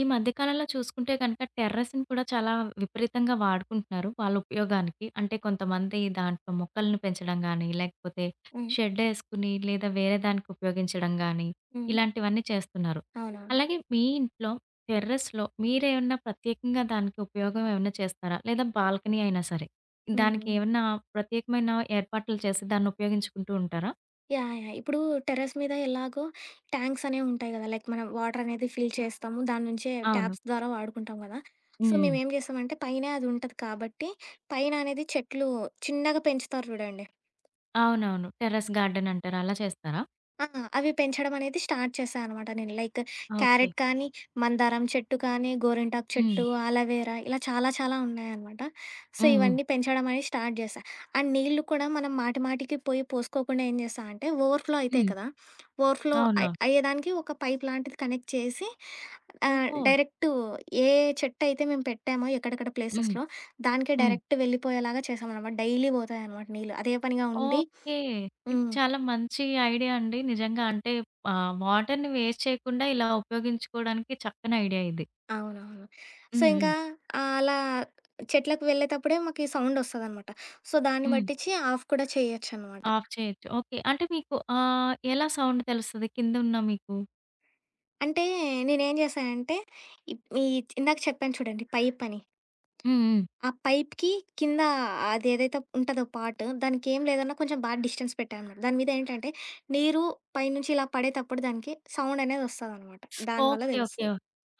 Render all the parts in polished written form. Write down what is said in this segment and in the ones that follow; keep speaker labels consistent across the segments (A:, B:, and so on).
A: ఈ మధ్య కాలంలో చూసుకుంటే గనక టెర్రస్‌ని కూడా చాలా విపరీతంగా వాడుకుంటున్నారు. వాళ్ళ ఉపయోగానికి. అంటే కొంతమంది దాంట్లో మొక్కలను పెంచడం గానీ, లేకపోతే
B: హ్మ్.
A: షెడ్డేసుకుని లేదా వేరే దానికి ఉపయోగించడం గానీ,
B: హ్మ్.
A: ఇలాంటివన్నీ చేస్తున్నారు.
B: అవునవును.
A: అలాగే మీ ఇంట్లో టెర్రస్‌లో మీరేమన్నా ప్రత్యేకంగా దానికి ఉపయోగం ఏమన్నా చేస్తారా? లేదా బాల్కనీ అయినా సరే. దానికి
B: హ్మ్.
A: ఏమన్నా ప్రత్యేకమైన ఏర్పాట్లు చేసి దాన్ని ఉపయోగించుకుంటూ ఉంటారా?
B: యాహ్! ఇప్పుడు టెర్రస్ మీద ఎలాగో ట్యాంక్స్ అనేవి ఉంటాయి కదా! లైక్ మనం వాటర్ అనేది ఫిల్ చేస్తాము. దాని నుంచే
A: అవును.
B: ట్యాప్స్ ద్వారా వాడుకుంటాం కదా!
A: హ్మ్.
B: సో,
A: హ్మ్.
B: మేమేం చేస్తామంటే పైనే అది ఉంటది కాబట్టి, పైన అనేది చెట్లు చిన్నగా పెంచుతారు చూడండి.
A: అవునవును. టెర్రస్ గార్డెన్ అంటారు. అలా చేస్తారా?
B: ఆ! అవి పెంచడం అనేది స్టార్ట్ చేశా అనమాట నేను. Like
A: okay.
B: క్యారెట్ కానీ, మందారం చెట్టు కానీ, గోరింటాకు
A: హ్మ్.
B: చెట్టు, ఆలవేరా ఇలా చాలా చాలా ఉన్నాయనమాట. సో,
A: హ్మ్. హ్మ్.
B: ఇవన్నీ పెంచడం అనేది స్టార్ట్ చేశా. అండ్ నీళ్ళు కూడా మనం మాటి మాటికి పోయి పోసుకోకుండా ఏం చేశా అంటే ఓవర్‌ఫ్లో అయితాయి
A: హ్మ్.
B: కదా! ఓవర్‌ఫ్లో
A: అవునా?
B: అయ్యేదానికి ఒక పైప్ లాంటిది కనెక్ట్ చేసి
A: ఓహో!
B: డైరెక్ట్ ఏ చెట్టయితే మేము పెట్టామో ఎక్కడెక్కడ
A: హ్మ్.
B: ప్లేసెస్‌లో దానికే
A: హ్మ్.
B: డైరెక్ట్ వెళ్ళిపోయేలాగా చేశామనమాట. డైలీ పోతాయనమాట నీళ్ళు. అదే పనిగా ఉండి
A: ఓకే. ఇది
B: హ్మ్.
A: చాలా మంచి ఐడియా అండి. నిజంగా అంటే ఆహ్, వాటర్‌ని వేస్ట్ చేయకుండా ఇలా ఉపయోగించుకోవడానికి చక్కని ఐడియా ఇది.
B: అవునవును. సో,
A: హ్మ్. హ్మ్.
B: ఇంకా అలా చెట్లకు వెళ్ళేటప్పుడే మాకీ సౌండొస్తదనమాట. సో, దాన్ని
A: హ్మ్.
B: బట్టిచ్చి ఆఫ్ కూడా చేయొచ్చనమాట.
A: ఆఫ్ చేయొచ్చు. ఓకే. అంటే మీకు ఆహ్, ఎలా సౌండ్ తెలుస్తది కిందున్న మీకు?
B: అంటే, నేనేం జేశానంటే, ఈ ఇందాక చెప్పాను చూడండి పైపని.
A: హ్మ్. హ్మ్.
B: ఆ పైప్‌కి కింద అదేదైతే ఉంటదో పార్ట్, దానికేం లేదన్నా కొంచెం బా డిస్టెన్స్ పెట్టా అనమాట. దాని మీదేంటంటే, నీరు పైనుంచి ఇలా పడేటప్పుడు దానికి సౌండనేదొస్తదనమాట. దాని వల్ల
A: ఓకే. ఓకే.
B: దెలుస్తది.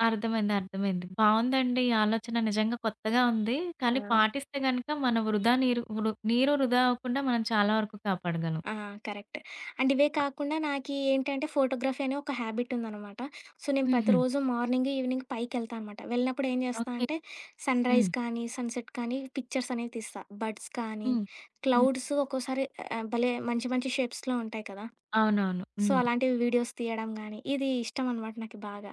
A: అర్థమైంది. అర్థమైంది. బావుందండి ఈ ఆలోచన నిజంగా కొత్తగా ఉంది.
B: ఆ!
A: కానీ పాటిస్తే గనక మన వృధా నీరు వృ నీరు వృధా అవ్వకుండా మనం చాలా వరకు కాపాడగలం.
B: ఆ! కరెక్ట్. అండ్ ఇవే కాకుండా నాకీ ఏంటంటే ఫోటోగ్రఫీ అనే ఒక హ్యాబిట్ ఉందనమాట. సో, నేను
A: హుహు.
B: ప్రతిరోజు మార్నింగ్, ఈవినింగ్ పైకెళ్తా అనమాట. వెళ్ళినప్పుడు ఏం చేస్తా
A: ఓకే.
B: అంటే
A: హ్మ్.
B: సన్‌రైజ్ కానీ, సన్‌సెట్ కానీ పిక్చర్స్ అనేవి తీస్తా. బర్డ్స్ కానీ,
A: హ్మ్. హ్మ్.
B: క్లౌడ్స్ ఒక్కోసారి భలే మంచి మంచి షేప్స్‌లో ఉంటాయి కదా!
A: అవునవును.
B: సో,
A: హ్మ్.
B: అలాంటివి వీడియోస్ తీయడం గానీ, ఇది ఇష్టం అనమాట నాకు బాగా.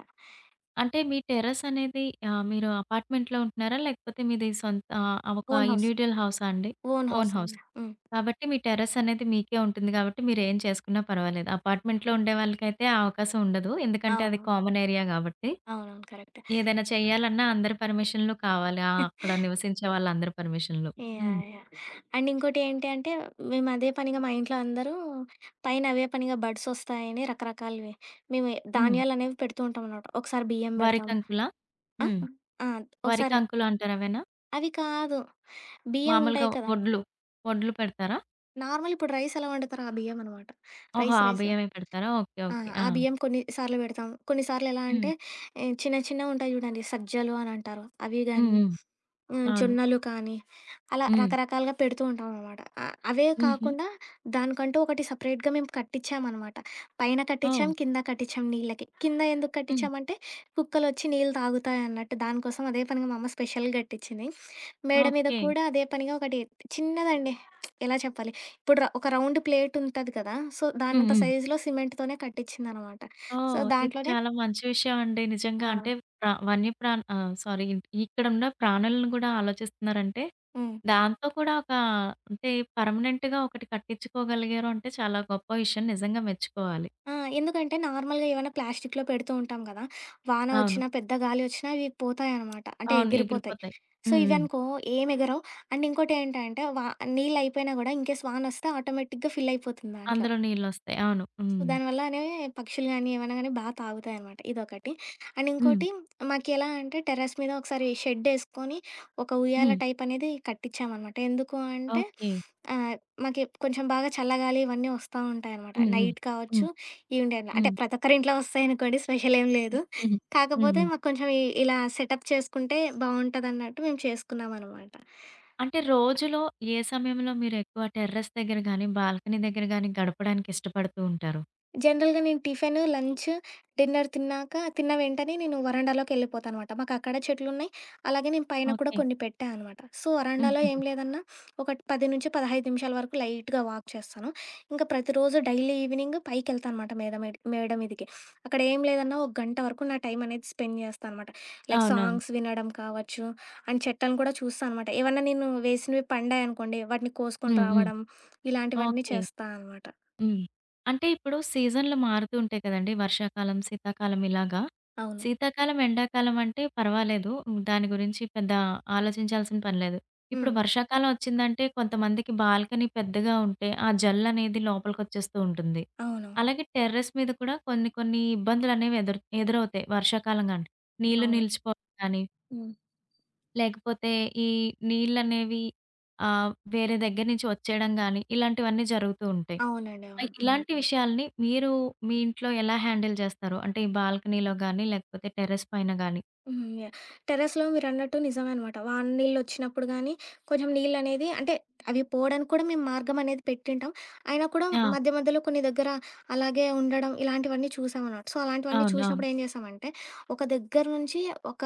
A: అంటే మీ టెర్రస్ అనేది ఆహ్, మీరు అపార్ట్‌మెంట్‌లో ఉంటున్నారా? లేకపోతే మీది సొంత ఆహ్, ఒక
B: ఓన్ హౌస్.
A: ఇండివిడ్యుయల్ హౌసా అండి?
B: Own
A: own
B: house
A: house.
B: అండి. హ్మ్.
A: కాబట్టి మీ టెర్రస్ అనేది మీకే ఉంటుంది కాబట్టి మీరేం చేసుకున్నా పర్వాలేదు. అపార్ట్‌మెంట్‌లో ఉండేవాళ్ళకైతే ఆ అవకాశం ఉండదు. ఎందుకంటే అది
B: అవును.
A: కామన్ ఏరియా కాబట్టి.
B: అవునవును. కరెక్ట్.
A: ఏదైనా చేయాలన్నా అందరి పర్మిషన్‌లు కావాలి. ఆ! అక్కడ నివసించే వాళ్ళందరి పర్మిషన్‌లు. హ్మ్.
B: యాహ్! యాహ్! అండ్ ఇంకోటి ఏంటి అంటే, మేము అదే పనిగా మా ఇంట్లో అందరూ పైన అవే పనిగా బడ్స్ ఒస్తాయని రకరకాలవి. మేము
A: హ్మ్.
B: ధాన్యాలనేవి పెడుతూ ఉంటామనమాట. ఒకసారి బియ్యం
A: వరి
B: బెడతాం.
A: కంకులా?
B: ఆ!
A: హ్మ్.
B: ఆ!
A: వరి
B: ఒకసారి
A: కంకులు అంటారు అవేనా?
B: అవి కాదు. బియ్యం
A: మామూలుగా
B: ఉంటాయి కదా!
A: వడ్లు, వడ్లు పెడతారా?
B: నార్మల్ ఇప్పుడు రైస్ ఎలా వండుతారో ఆ బియ్యం అనమాట.
A: ఓహో!
B: రైస్
A: ఆ
B: రైస్.
A: బియ్యమే పెడతారా? ఓకే.
B: ఆ!
A: ఓకే. ఆ!
B: ఆ బియ్యం కొన్ని సార్లు పెడతాం. కొన్నిసార్లు ఎలా
A: హ్మ్.
B: అంటే చిన్న చిన్నవుంటాయి చూడండి సజ్జలు అని అంటారు. అవి
A: హ్మ్.
B: గానీ,
A: హ్మ్. అవును.
B: జొన్నలు కానీ అలా
A: హ్మ్.
B: రకరకాలుగా పెడుతూ ఉంటామనమాట. అవే
A: హుహు.
B: కాకుండా దానికంటూ ఒకటి సపరేట్‌గా మేము కట్టిచ్చామనమాట. పైన
A: ఓహ్!
B: కట్టిచ్చాం, కింద కట్టిచ్చాం నీళ్ళకి. కింద ఎందుకు
A: హ్మ్.
B: కట్టిచ్చామంటే కుక్కలొచ్చి నీళ్ళు తాగుతాయన్నట్టు దానికోసం అదే పనిగా మా అమ్మ స్పెషల్‌గా కట్టిచ్చింది. మేడ మీద
A: ఓకే.
B: కూడా అదే పనిగా ఒకటి చిన్నదండి. ఎలా చెప్పాలి? ఇప్పుడు ఒక రౌండ్ ప్లేట్ ఉంటది కదా! సో,
A: హ్మ్.
B: దానంత
A: హ్మ్.
B: సైజులో సిమెంట్‌తోనే కట్టిచ్చిందనమాట. సో,
A: ఓహ్! ఇది
B: దాంట్లోనే
A: చాలా మంచి విషయం అండి. నిజంగా
B: ఆ!
A: అంటే సారీ, ఇక్కడున్న ప్రాణులను గూడా ఆలోచిస్తున్నారంటే,
B: హ్మ్.
A: దాంతో కూడా ఒక అంటే పర్మనెంట్‌గా ఒకటి కట్టించుకోగలిగారు అంటే చాలా గొప్ప విషయం. నిజంగా మెచ్చుకోవాలి.
B: ఆ! ఎందుకంటే నార్మల్‌గా ఏవైనా ప్లాస్టిక్‌లో పెడుతూ ఉంటాం కదా! వాన
A: అవును.
B: వచ్చినా, పెద్ద గాలి వచ్చినా ఇవి పోతాయనమాట. అంటే
A: అవును.
B: ఎగిరిపోతాయి.
A: ఎగిరిపోతాయి.
B: సో,
A: హ్మ్. హ్మ్.
B: ఇవనుకో ఏమి ఎగరవు. అండ్ ఇంకోటేంటంటే, నీళ్ళయిపోయినా గూడా ఇన్‌కేస్ వానొస్తే ఆటోమేటిక్‌గా ఫిల్ అయిపోతుంది దాంట్లో.
A: అందులో నీళ్ళొస్తాయి. అవును.
B: సో
A: హ్మ్.
B: దానివల్లనే పక్షులు గానీ, ఏమన్నా గానీ బా తాగుతాయనమాట. ఇదొకటి. అండ్
A: హ్మ్.
B: ఇంకోటి మాకెలా అంటే టెర్రస్ మీద ఒకసారి షెడ్డేసుకొని ఒక ఉయ్యాల
A: హ్మ్.
B: టైపనేది కట్టిచ్చామనమాట. ఎందుకు అంటే
A: ఓకే.
B: ఆహ్, మాకి కొంచెం బాగా చల్లగాలి ఇవన్నీ వస్తా ఉంటాయనమాట.
A: హ్మ్. హ్మ్.
B: నైట్
A: హ్మ్.
B: కావచ్చు, ఈవినింగ్ టైంలో. అంటే
A: హ్మ్.
B: ప్రతి ఒక్కరింట్లో వస్తాయనుకోండి స్పెషలేం లేదు.
A: హుహు. హ్మ్.
B: కాకపోతే
A: హ్మ్.
B: మాకు కొంచెం ఇలా సెటప్ చేసుకుంటే బావుంటదన్నట్టు మేము చేసుకున్నామనమాట.
A: అంటే రోజులో ఏ సమయంలో మీరెక్కువ టెర్రస్ దగ్గర గానీ, బాల్కనీ దగ్గర గానీ గడపడానికి ఇష్టపడుతూ ఉంటారు?
B: జనరల్‌గా నేను టిఫిను, లంచు, డిన్నర్ తిన్నాక తిన్న వెంటనే నేను వరండాలోకెళ్ళిపోతానమాట. మాకక్కడ చెట్లున్నాయి. అలాగే నేను పైన కూడా
A: ఓకే.
B: కొన్ని పెట్టా అనమాట. సో, వరండాలో ఏం
A: హుహు.
B: లేదన్నా ఒక 10-15 నిమిషాల వరకు లైట్‌గా వాక్ చేస్తాను. ఇంకా ప్రతిరోజు డైలీ ఈవినింగ్ పైకెళ్తా అనమాట మేడ మీదకి. అక్కడ ఏం లేదన్నా ఒక 1 గంట వరకు నా టైం అనేది స్పెండ్ చేస్తా అనమాట. లైక్
A: అవునవును.
B: సాంగ్స్ వినడం కావచ్చు, అండ్ చెట్లను కూడా చూస్తా అనమాట. ఏవన్నా నేను వేసినవి పండాయనుకోండి, వాటిని కోసుకొని
A: హ్మ్. హ్మ్.
B: రావడం, ఇలాంటివన్నీ
A: ఓకే.
B: చేస్తా అనమాట.
A: హ్మ్. అంటే ఇప్పుడు సీజన్‌లు మారుతూ ఉంటాయి కదండీ! వర్షాకాలం, శీతాకాలం ఇలాగా.
B: అవును.
A: శీతాకాలం, ఎండాకాలం అంటే పర్వాలేదు. దాని గురించి పెద్ద ఆలోచించాల్సిన పని లేదు. ఇప్పుడు
B: హ్మ్.
A: వర్షాకాలం వచ్చిందంటే కొంతమందికి బాల్కనీ పెద్దగా ఉంటే ఆ జల్లనేది లోపలికొచ్చేస్తూ ఉంటుంది.
B: అవునవును.
A: అలాగే టెర్రస్ మీద కూడా కొన్ని కొన్ని ఇబ్బందులనేవి ఎదురవుతాయి వర్షాకాలం గాంటే. నీళ్లు
B: అవును.
A: నిలిచిపోవడం గానీ,
B: హ్మ్.
A: లేకపోతే ఈ నీళ్ళనేవి ఆహ్, వేరే దగ్గర నుంచి వచ్చేయడం గానీ, ఇలాంటివన్నీ జరుగుతూ ఉంటాయి.
B: అవునండి.
A: ఆహ్,
B: అవును.
A: ఇలాంటి విషయాల్ని మీరు మీ ఇంట్లో ఎలా హ్యాండిల్ చేస్తారు? అంటే ఈ బాల్కనీలో గాని, లేకపోతే టెర్రస్ పైన గాని.
B: హ్మ్. యాహ్! టెర్రస్‌లో మీరన్నట్టు నిజమే అనమాట. వాన నీళ్ళొచ్చినప్పుడు గానీ, కొంచెం నీళ్ళనేది అంటే అవి పోవడానికి కూడా మేము మార్గం అనేది పెట్టింటాం. అయినా కూడా
A: ఆ!
B: మధ్య మధ్యలో కొన్ని దగ్గర అలాగే ఉండడం ఇలాంటివన్నీ చూసామనమాట. సో, అలాంటివన్నీ
A: అవునవును.
B: చూసినప్పుడు ఏం చేశామంటే, ఒక దగ్గర నుంచి ఒక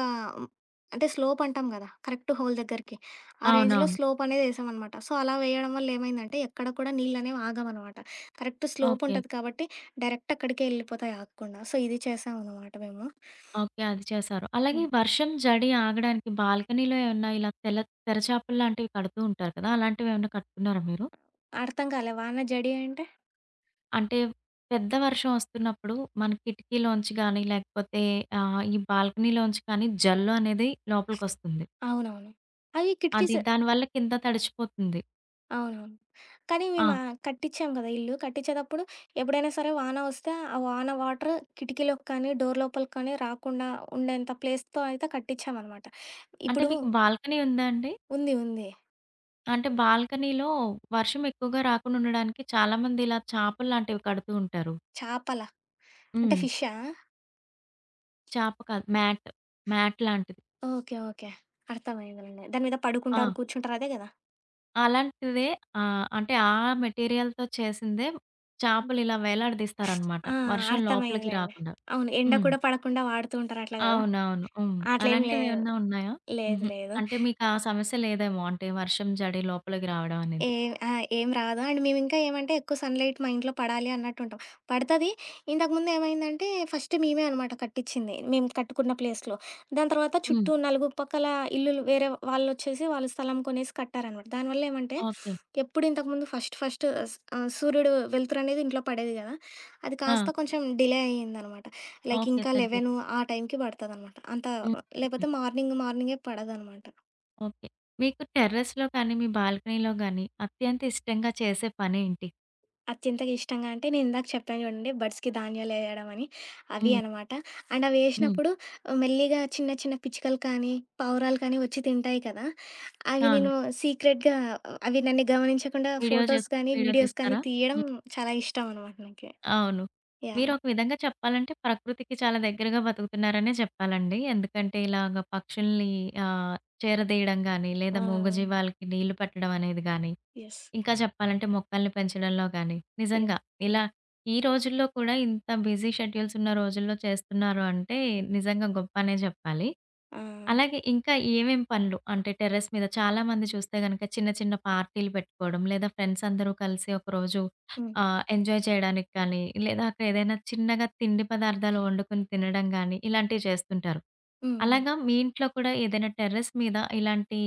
B: అంటే స్లోప్ అంటాం గదా! కరెక్ట్ హోల్ దగ్గరికి. ఆ ఆ! రేంజ్‌లో
A: అవునవును.
B: స్లోప్ అనేది ఏసామనమాట. సో, అలా వేయడం వల్ల ఏమైందంటే, ఎక్కడ కూడా నీళ్ళనేవి ఆగవనమాట. Correct slope
A: okay.
B: ఉంటది కాబట్టి, డైరెక్ట్ అక్కడికే యెళ్ళిపోతాయి ఆగకుండా. సో, ఇది చేశామనమాట మేము.
A: ఓకే. అది చేశారు. అలాగే
B: హ్మ్.
A: వర్షం, జడి ఆగడానికి బాల్కనీలో ఏమన్నా ఇలా తెరచాపలు లాంటివి కడుతూ ఉంటారు కదా! అలాంటివేమన్నా కట్టుకున్నారా మీరు?
B: అర్థం కాలే. వాన జడి అంటే?
A: అంటే పెద్ద వర్షం వస్తున్నప్పుడు మన కిటికీలోంచి గాని, లేకపోతే ఆహ్, ఈ బాల్కనీలోంచి కానీ జల్లు అనేది లోపలికొస్తుంది.
B: అవునవును. అవి
A: అది
B: కిటికీస్
A: దానివల్ల కింద తడిచిపోతుంది.
B: అవునవును. కానీ
A: ఆ!
B: మేము కట్టిచ్చాం గదా ఇల్లు. కట్టిచ్చేటప్పుడు ఎప్పుడైనా సరే వాన వస్తే, ఆ వాన వాటర్ కిటికీలోకి కానీ, డోర్ లోపలికి కానీ రాకుండా ఉండేంత ప్లేస్‌తో అయితే కట్టిచ్చామనమాట.
A: అంటే
B: ఇప్పుడు
A: మీకు బాల్కనీ ఉందా అండి?
B: ఉంది. ఉంది.
A: అంటే బాల్కనీలో వర్షం ఎక్కువగా రాకుండా ఉండడానికి చాలామంది ఇలా చాపలు లాంటివి కడుతూ ఉంటారు.
B: చేపల అంటే
A: హ్మ్.
B: ఫిషా?
A: చాప కాదు మ్యాట్. మ్యాట్ లాంటిది.
B: ఓకే. ఓకే. అర్థమైందిలెండి. దాని మీద
A: ఆ!
B: పడుకుంటారు, కూర్చుంటారు అదే గదా!
A: అలాంటిదే ఆహ్, అంటే ఆ మెటీరియల్‌తో చేసిందే
B: హ్మ్.
A: చాపలు ఇలా వేలాడదీస్తారనమాట.
B: ఆ!
A: వర్షం లోపలికి
B: అర్థమైందిలెండి.
A: రాకుండా.
B: అవును. ఎండ
A: హ్మ్.
B: కూడా పడకుండా వాడుతూ ఉంటారు అట్లా గదా!
A: అవునవును. హ్మ్.
B: అట్లేం లేదు.
A: అలాంటివేమన్నా ఉన్నాయా?
B: లేదు.
A: హుహు.
B: లేదు.
A: అంటే మీకు ఆ సమస్య లేదేమో అంటే వర్షం జడి లోపలికి రావడం అనేది.
B: ఏం ఆ! ఏం రాదు. అండ్ మేమింకా ఏమంటే ఎక్కువ సన్‌లైట్ మా ఇంట్లో పడాలి అన్నట్టుంటాం. పడతది. ఇంతకుముందు ఏమైందంటే ఫస్ట్ మేమే అనమాట కట్టిచ్చింది. మేము కట్టుకున్న ప్లేస్‌లో. దాని తర్వాత
A: హ్మ్.
B: చుట్టూ నలుగురు పక్కల ఇల్లులు వేరే వాళ్ళొచ్చేసి వాళ్ళు స్థలం కొనేసి కట్టారనమాట. దానివల్ల ఏమంటే
A: ఓకే.
B: ఎప్పుడు ఇంతకుముందు ఫస్ట్ ఫస్ట్ ఆహ్, సూర్యుడు వెలుతురనేది ఇంట్లో పడేది కదా! అది కాస్త
A: ఆ!
B: కొంచెం డిలే అయ్యిందనమాట. Like
A: okay.
B: ఇంకా 11
A: తగ్గిద్ది.
B: ఆ టైంకి పడతదనమాట. అంత
A: హ్మ్.
B: లేపోతే మార్నింగే పడదనమాట.
A: ఓకే. మీకు టెర్రస్‌లో కానీ, మీ బాల్కనీలో గానీ అత్యంత ఇష్టంగా చేసే పనేంటి?
B: అత్యంతగా ఇష్టంగా అంటే నేనిందాక చెప్పాను చూడండి బర్డ్స్‌కి ధాన్యాలేయడం అని, అవి
A: హ్మ్.
B: అనమాట. అండ్
A: హ్మ్.
B: అవేసినప్పుడు మెల్లిగా చిన్న చిన్న పిచ్చుకలు కానీ, పావురాలు కానీ వచ్చి తింటాయి కదా! అవి ఆ!
A: అవును.
B: నేను సీక్రెట్‌గా అవి నన్ను గమనించకుండా
A: వీడియో
B: ఫోటోస్
A: చేస్
B: కానీ,
A: వీడియో
B: వీడియోస్ కానీ
A: తీస్తారా?
B: తీయడం
A: హ్మ్.
B: చాలా ఇష్టం అనమాట నాకి.
A: అవును.
B: యాహ్!
A: మీరొక విధంగా చెప్పాలంటే ప్రకృతికి చాలా దగ్గరగా బతుకుతున్నారనే చెప్పాలండి. ఎందుకంటే ఇలాగ పక్షుల్ని ఆహ్, చేరదీయడం గానీ, లేదా
B: ఆ!
A: మూగజీవాలకి నీళ్లు పెట్టడం అనేది గానీ,
B: యెస్.
A: ఇంకా చెప్పాలంటే మొక్కల్ని పెంచడంలో గానీ, నిజంగా
B: యెస్.
A: ఇలా ఈ రోజుల్లో కూడా ఇంత బిజీ షెడ్యూల్స్ ఉన్న రోజుల్లో చేస్తున్నారు అంటే నిజంగా గొప్ప అనే జెప్పాలి.
B: ఆ!
A: అలాగే ఇంకా ఏమేం పనులు అంటే టెర్రస్ మీద చాలామంది చూస్తే గనక చిన్న చిన్న పార్టీలు పెట్టుకోవడం, లేదా ఫ్రెండ్స్ అందరూ కలిసి ఒకరోజు
B: హ్మ్.
A: ఆహ్, ఎంజాయ్ చేయడానికి కానీ, లేదా అక్కడ ఏదైనా చిన్నగా తిండి పదార్థాలు వండుకొని తినడం గానీ, ఇలాంటివి చేస్తుంటారు.
B: హ్మ్. హ్మ్.
A: అలాగా మీ ఇంట్లో కూడా ఏదైనా టెర్రస్ మీద ఇలాంటి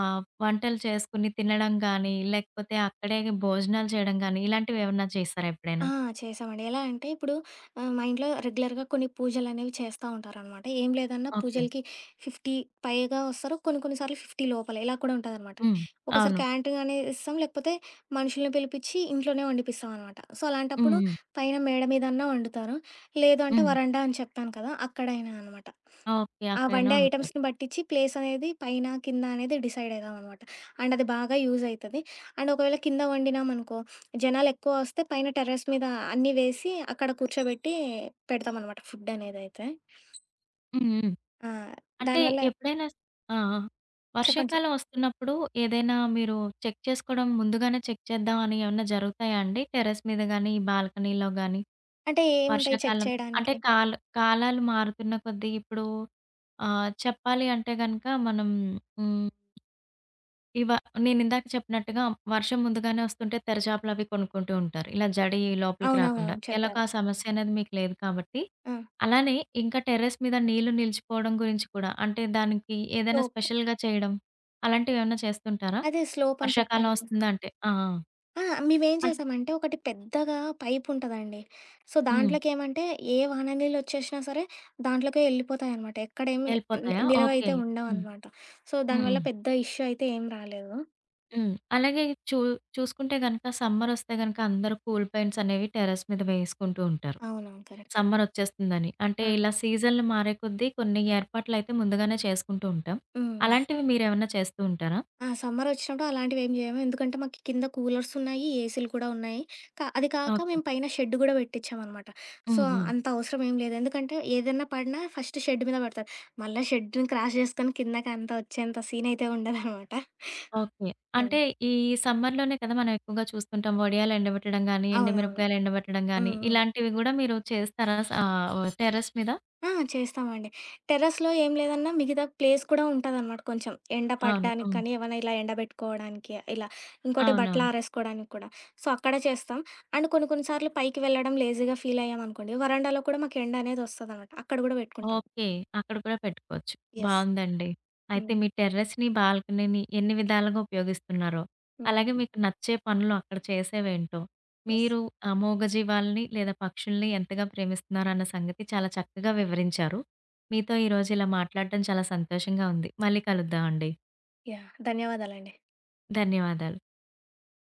A: ఆహ్, వంటలు చేసుకొని తినడం గానీ, లేకపోతే అక్కడే భోజనాలు చేయడం గానీ, ఇలాంటివేమన్నా చేశారా
B: ఆ!
A: ఎప్పుడైనా?
B: చేశామండి. ఎలా అంటే ఇప్పుడు మా ఇంట్లో రెగ్యులర్‌గా కొన్ని పూజలనేవి చేస్తా ఉంటారనమాట. ఏం లేదన్నా
A: ఓకే.
B: పూజలకి 50 పైగా వస్తారు. కొన్ని కొన్ని సార్లు 50 లోపల ఇలా కూడా ఉంటదనమాట.
A: హ్మ్.
B: ఒక్కోసారి
A: అవును.
B: క్యాంటీన్ అనేది ఇస్తాం. లేకపోతే మనుషుల్ని పిలిపిచ్చి ఇంట్లోనే వండిపిస్తామనమాట. సో,
A: హ్మ్.
B: అలాంటప్పుడు
A: హ్మ్.
B: పైన మేడ మీదన్నా వండుతారు. లేదు అంటే
A: హ్మ్.
B: వరండా అని చెప్పాను కదా! అక్కడైనా అనమాట.
A: ఓకే.
B: ఆ
A: అక్కడైనా
B: వండే
A: వండుతారు.
B: ఐటెమ్స్‌ని బట్టిచ్చి ప్లేస్ అనేది పైన, కింద అనేది డిసైడ్ అయిదామనమాట. అండ్ అది బాగా యూజ్ అయితది. అండ్ ఒకవేళ కింద వండినామనుకో జనాలెక్కువ వస్తే పైన టెర్రస్ మీద అన్నీ వేసి అక్కడ కూర్చోబెట్టి పెడతామనమాట ఫుడ్ అనేదైతే.
A: హ్మ్. హ్మ్.
B: ఆ!
A: అంటే
B: దానివల్ల
A: ఎప్పుడైనా ఆ! ఆ!
B: చెప్పండి చెప్
A: వర్షాకాలం వస్తున్నప్పుడు ఏదైనా మీరు చెక్ చేసుకోవడం ముందుగానే చెక్ చేద్దాం అని ఏమన్నా జరుగుతాయా అండి? టెర్రస్ మీద గానీ, బాల్కనీలో గానీ,
B: అంటే ఏముంటాయి చెక్
A: వర్షాకాలం అంటే
B: చేయడానికి?
A: కాలాలు మారుతున్న కొద్దీ ఇప్పుడు ఆహ్, చెప్పాలి అంటే గనక మనం హ్మ్. ఇవ నేనిందాక చెప్పినట్టుగా వర్షం ముందుగానే వస్తుంటే తెరచాపలవి కొనుక్కుంటూ ఉంటారు. ఇలా జడి లోపలికి రాకుండా.
B: అవునవునవును.
A: ఎలాగో
B: చెప్పారు.
A: ఆ సమస్య అనేది మీకు లేదు కాబట్టి.
B: ఆ!
A: అలానే ఇంకా టెర్రస్ మీద నీళ్లు నిలిచిపోవడం గురించి కూడా అంటే దానికి ఏదైనా
B: స్లోప్.
A: స్పెషల్‌గా చేయడం అలాంటివేమన్నా చేస్తుంటారా?
B: అదే స్లోప్ అని
A: వర్షాకాలం
B: చెప్పాను కదా!
A: వస్తుందంటే. ఆ! ఆ!
B: ఆ! మేమేం
A: అన్
B: చేసామంటే ఒకటి పెద్దగా పైపుంటదండి. సో,
A: హ్మ్.
B: దాంట్లోకేమంటే ఏ వాన నీళ్ళొచ్చేసినా సరే దాంట్లోకే యెళ్ళిపోతాయనమాట. ఎక్కడేమి
A: వెళ్ళిపోతాయా? ఓకే.
B: నిలవైతే
A: హ్మ్.
B: ఉండవనమాట. సో,
A: హ్మ్.
B: దానివల్ల పెద్ద ఇష్యూ అయితే ఏం రాలేదు.
A: హ్మ్. అలాగే చూ చూసుకుంటే గనక సమ్మరొస్తే గనక అందరూ కూల్ పెయింట్స్ అనేవి టెర్రస్ మీద వేసుకుంటూ ఉంటారు.
B: అవునవును. కరెక్టే.
A: సమ్మరొచ్చేస్తుందని. అంటే
B: ఆ!
A: ఇలా సీజన్‌లు మారే కొద్దీ కొన్ని ఏర్పాట్లయితే ముందుగానే చేసుకుంటూ ఉంటాం.
B: హ్మ్. హ్మ్.
A: అలాంటివి మీరేమన్నా చేస్తూ ఉంటారా?
B: ఆ! సమ్మరొచ్చినప్పుడు అలాంటివేం జేయము. ఎందుకంటే, మాకు కింద కూలర్స్ ఉన్నాయి, ఏసీలు కూడా ఉన్నాయి. అది కాక
A: ఓకే.
B: మేము పైన షెడ్ గూడా పెట్టిచ్చామనమాట. సో,
A: హ్మ్. హ్మ్.
B: అంత అవసరం ఏం లేదు. ఎందుకంటే, ఏదన్నా పడినా ఫస్ట్ షెడ్ మీద పడతది. మళ్ళా షెడ్‌ని క్రాస్ జేసుకొని కిందకంతా వచ్చేంత సీనయితే ఉండదనమాట.
A: ఓకే.
B: యాహ్!
A: అంటే ఈ సమ్మర్‌లోనే కదా మనం ఎక్కువగా చూస్తుంటాం. వడియాలు ఎండబెట్టడం గానీ,
B: అవునవును.
A: ఎండుమిరపకాయలు ఎండబెట్టడం
B: హ్మ్.
A: గానీ,
B: హ్మ్.
A: ఇలాంటివి గూడా మీరు చేస్తారా? ఆహ్, టెర్రస్ మీద?
B: ఆ! చేస్తామండి. టెర్రస్‌లో ఏం లేదన్నా మిగతా ప్లేస్ కూడా ఉంటదనమాట కొంచెం. ఎండ
A: అవును.
B: పడడానికి
A: హ్మ్.
B: కానీ, ఏవన్నా ఇలా ఎండబెట్టుకోవడానికి ఇలా. ఇంకోటి
A: అవునవును.
B: బట్టలారేసుకోవడానికి కూడా. సో, అక్కడ చేస్తాం. అండ్ కొన్ని కొన్ని సార్లు పైకి వెళ్ళడం లేజీగా ఫీల్ అయ్యామనుకోండి, వరండాలో కూడా మాకు ఎండ అనేది వస్తదనమాట. అక్కడ గూడా పెట్టుకుంటాం.
A: ఓకే. అక్కడ కూడా పెట్టుకోవచ్చు.
B: యెస్.
A: బావుందండి. అయితే
B: హ్మ్.
A: మీ టెర్రస్‌ని, బాల్కనీని ఎన్ని విధాలుగా ఉపయోగిస్తున్నారో,
B: హ్మ్.
A: అలాగే మీకు నచ్చే పనులు అక్కడ చేసేవేంటో,
B: యెస్.
A: మీరు ఆ మూగజీవాల్ని లేదా పక్షుల్ని ఎంతగా ప్రేమిస్తున్నారన్న సంగతి చాలా చక్కగా వివరించారు. మీతో ఈరోజు ఇలా మాట్లాడడం చాలా సంతోషంగా ఉంది. మళ్ళీ కలుద్దామండి.
B: యాహ్! ధన్యవాదాలండి.
A: ధన్యవాదాలు.